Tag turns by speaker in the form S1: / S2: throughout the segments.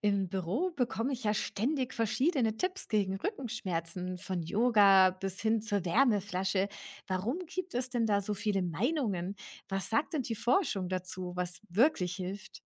S1: Im Büro bekomme ich ja ständig verschiedene Tipps gegen Rückenschmerzen, von Yoga bis hin zur Wärmeflasche. Warum gibt es denn da so viele Meinungen? Was sagt denn die Forschung dazu, was wirklich hilft?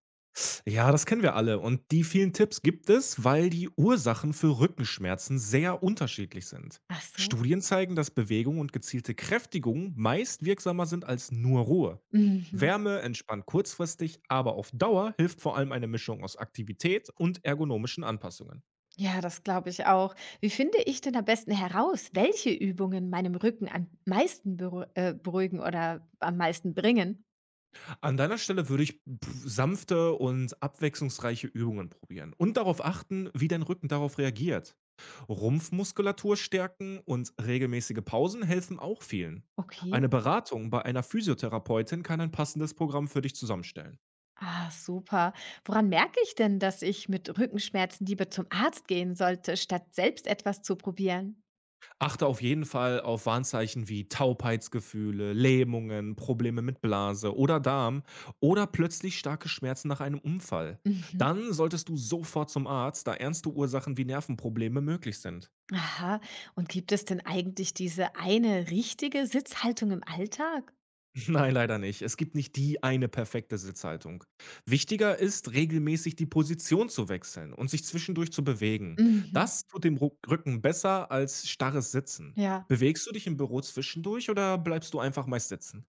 S2: Ja, das kennen wir alle. Und die vielen Tipps gibt es, weil die Ursachen für Rückenschmerzen sehr unterschiedlich sind.
S1: Ach so.
S2: Studien zeigen, dass Bewegung und gezielte Kräftigung meist wirksamer sind als nur Ruhe.
S1: Mhm.
S2: Wärme entspannt kurzfristig, aber auf Dauer hilft vor allem eine Mischung aus Aktivität und ergonomischen Anpassungen.
S1: Ja, das glaube ich auch. Wie finde ich denn am besten heraus, welche Übungen meinem Rücken am meisten beruhigen oder am meisten bringen?
S2: An deiner Stelle würde ich sanfte und abwechslungsreiche Übungen probieren und darauf achten, wie dein Rücken darauf reagiert. Rumpfmuskulatur stärken und regelmäßige Pausen helfen auch vielen.
S1: Okay.
S2: Eine Beratung bei einer Physiotherapeutin kann ein passendes Programm für dich zusammenstellen.
S1: Ah, super. Woran merke ich denn, dass ich mit Rückenschmerzen lieber zum Arzt gehen sollte, statt selbst etwas zu probieren?
S2: Achte auf jeden Fall auf Warnzeichen wie Taubheitsgefühle, Lähmungen, Probleme mit Blase oder Darm oder plötzlich starke Schmerzen nach einem Unfall.
S1: Mhm.
S2: Dann solltest du sofort zum Arzt, da ernste Ursachen wie Nervenprobleme möglich sind.
S1: Aha. Und gibt es denn eigentlich diese eine richtige Sitzhaltung im Alltag?
S2: Nein, leider nicht. Es gibt nicht die eine perfekte Sitzhaltung. Wichtiger ist, regelmäßig die Position zu wechseln und sich zwischendurch zu bewegen.
S1: Mhm.
S2: Das tut dem Rücken besser als starres Sitzen.
S1: Ja,
S2: Bewegst du dich im Büro zwischendurch oder bleibst du einfach meist sitzen?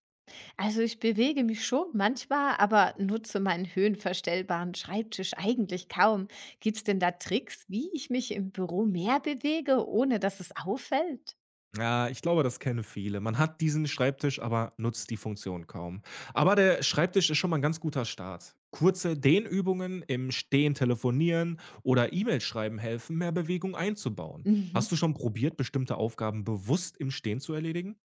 S1: also ich bewege mich schon manchmal, aber nutze meinen höhenverstellbaren Schreibtisch eigentlich kaum. Gibt es denn da Tricks, wie ich mich im Büro mehr bewege, ohne dass es auffällt?
S2: Ja, ich glaube, das kennen viele. Man hat diesen Schreibtisch, aber nutzt die Funktion kaum. Aber der Schreibtisch ist schon mal ein ganz guter Start. Kurze Dehnübungen, im Stehen telefonieren oder E-Mail schreiben helfen, mehr Bewegung einzubauen. Hast
S1: Mhm.
S2: du schon probiert, bestimmte Aufgaben bewusst im Stehen zu erledigen?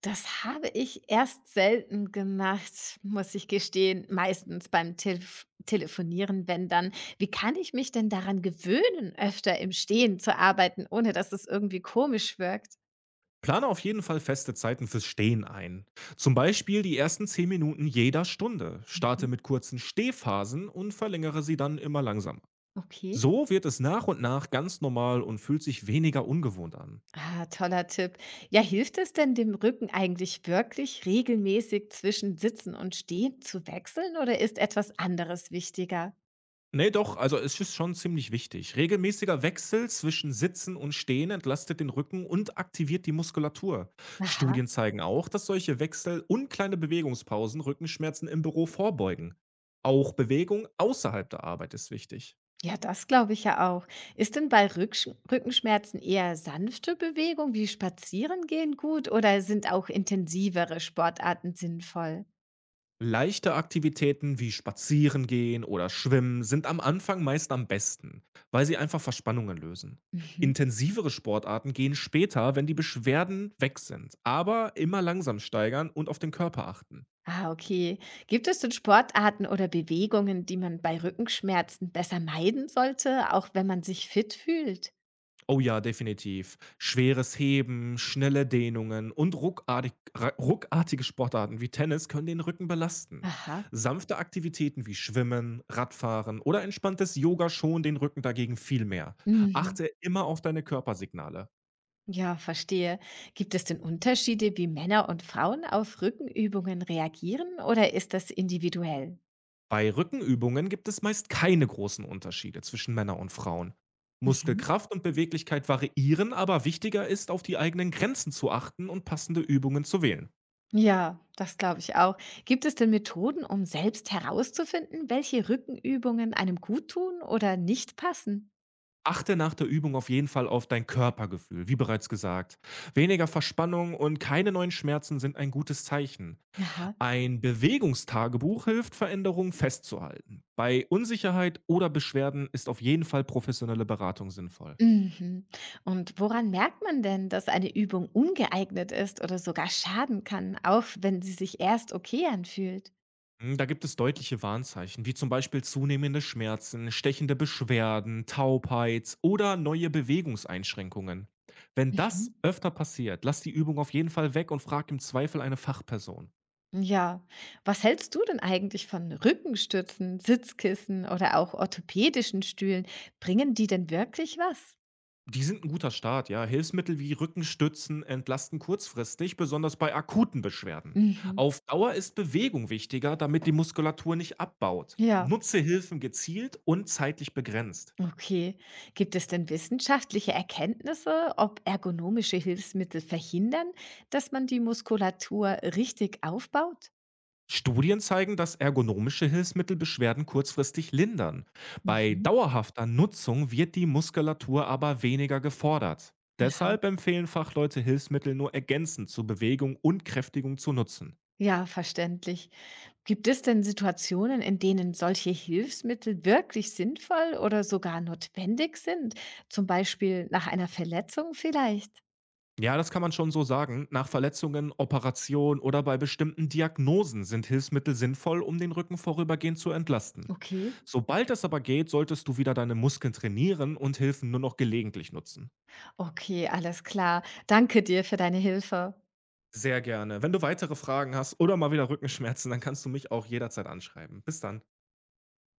S1: Das habe ich erst selten gemacht, muss ich gestehen. Meistens beim Telefonieren, wenn dann. Wie kann ich mich denn daran gewöhnen, öfter im Stehen zu arbeiten, ohne dass es irgendwie komisch wirkt?
S2: Plane auf jeden Fall feste Zeiten fürs Stehen ein. Zum Beispiel die ersten 10 Minuten jeder Stunde. Starte
S1: Mhm.
S2: mit kurzen Stehphasen und verlängere sie dann immer langsamer.
S1: Okay.
S2: So wird es nach und nach ganz normal und fühlt sich weniger ungewohnt an.
S1: Ah, toller Tipp. Ja, hilft es denn dem Rücken eigentlich wirklich, regelmäßig zwischen Sitzen und Stehen zu wechseln oder ist etwas anderes wichtiger?
S2: Nee, doch, also es ist schon ziemlich wichtig. Regelmäßiger Wechsel zwischen Sitzen und Stehen entlastet den Rücken und aktiviert die Muskulatur.
S1: Aha.
S2: Studien zeigen auch, dass solche Wechsel und kleine Bewegungspausen Rückenschmerzen im Büro vorbeugen. Auch Bewegung außerhalb der Arbeit ist wichtig.
S1: Ja, das glaube ich ja auch. Ist denn bei Rücksch Rückenschmerzen eher sanfte Bewegung wie Spazierengehen gut oder sind auch intensivere Sportarten sinnvoll?
S2: Leichte Aktivitäten wie Spazieren gehen oder Schwimmen sind am Anfang meist am besten, weil sie einfach Verspannungen lösen.
S1: Mhm.
S2: Intensivere Sportarten gehen später, wenn die Beschwerden weg sind, aber immer langsam steigern und auf den Körper achten.
S1: Ah, okay. Gibt es denn Sportarten oder Bewegungen, die man bei Rückenschmerzen besser meiden sollte, auch wenn man sich fit fühlt?
S2: Oh ja, definitiv. Schweres Heben, schnelle Dehnungen und ruckartige Sportarten wie Tennis können den Rücken belasten.
S1: Aha.
S2: Sanfte Aktivitäten wie Schwimmen, Radfahren oder entspanntes Yoga schonen den Rücken dagegen viel mehr.
S1: Mhm.
S2: Achte immer auf deine Körpersignale.
S1: Ja, verstehe. Gibt es denn Unterschiede, wie Männer und Frauen auf Rückenübungen reagieren oder ist das individuell?
S2: Bei Rückenübungen gibt es meist keine großen Unterschiede zwischen Männern und Frauen.
S1: Mhm.
S2: Muskelkraft und Beweglichkeit variieren, aber wichtiger ist, auf die eigenen Grenzen zu achten und passende Übungen zu wählen.
S1: Ja, das glaube ich auch. Gibt es denn Methoden, um selbst herauszufinden, welche Rückenübungen einem gut tun oder nicht passen?
S2: Achte nach der Übung auf jeden Fall auf dein Körpergefühl, wie bereits gesagt. Weniger Verspannung und keine neuen Schmerzen sind ein gutes Zeichen.
S1: Aha.
S2: Ein Bewegungstagebuch hilft, Veränderungen festzuhalten. Bei Unsicherheit oder Beschwerden ist auf jeden Fall professionelle Beratung sinnvoll.
S1: Mhm. Und woran merkt man denn, dass eine Übung ungeeignet ist oder sogar schaden kann, auch wenn sie sich erst okay anfühlt?
S2: Da gibt es deutliche Warnzeichen, wie zum Beispiel zunehmende Schmerzen, stechende Beschwerden, Taubheit oder neue Bewegungseinschränkungen. Wenn das
S1: Mhm.
S2: öfter passiert, lass die Übung auf jeden Fall weg und frag im Zweifel eine Fachperson.
S1: Ja, was hältst du denn eigentlich von Rückenstützen, Sitzkissen oder auch orthopädischen Stühlen? Bringen die denn wirklich was?
S2: Die sind ein guter Start, ja. Hilfsmittel wie Rückenstützen entlasten kurzfristig, besonders bei akuten Beschwerden.
S1: Mhm.
S2: Auf Dauer ist Bewegung wichtiger, damit die Muskulatur nicht abbaut.
S1: Ja.
S2: Nutze Hilfen gezielt und zeitlich begrenzt.
S1: Okay. Gibt es denn wissenschaftliche Erkenntnisse, ob ergonomische Hilfsmittel verhindern, dass man die Muskulatur richtig aufbaut?
S2: Studien zeigen, dass ergonomische Hilfsmittel Beschwerden kurzfristig lindern. Bei
S1: Mhm.
S2: dauerhafter Nutzung wird die Muskulatur aber weniger gefordert.
S1: Aha.
S2: Deshalb empfehlen Fachleute, Hilfsmittel nur ergänzend zur Bewegung und Kräftigung zu nutzen.
S1: Ja, verständlich. Gibt es denn Situationen, in denen solche Hilfsmittel wirklich sinnvoll oder sogar notwendig sind? Zum Beispiel nach einer Verletzung vielleicht?
S2: Ja, das kann man schon so sagen. Nach Verletzungen, Operationen oder bei bestimmten Diagnosen sind Hilfsmittel sinnvoll, um den Rücken vorübergehend zu entlasten.
S1: Okay.
S2: Sobald es aber geht, solltest du wieder deine Muskeln trainieren und Hilfen nur noch gelegentlich nutzen.
S1: Okay, alles klar. Danke dir für deine Hilfe.
S2: Sehr gerne. Wenn du weitere Fragen hast oder mal wieder Rückenschmerzen, dann kannst du mich auch jederzeit anschreiben. Bis dann.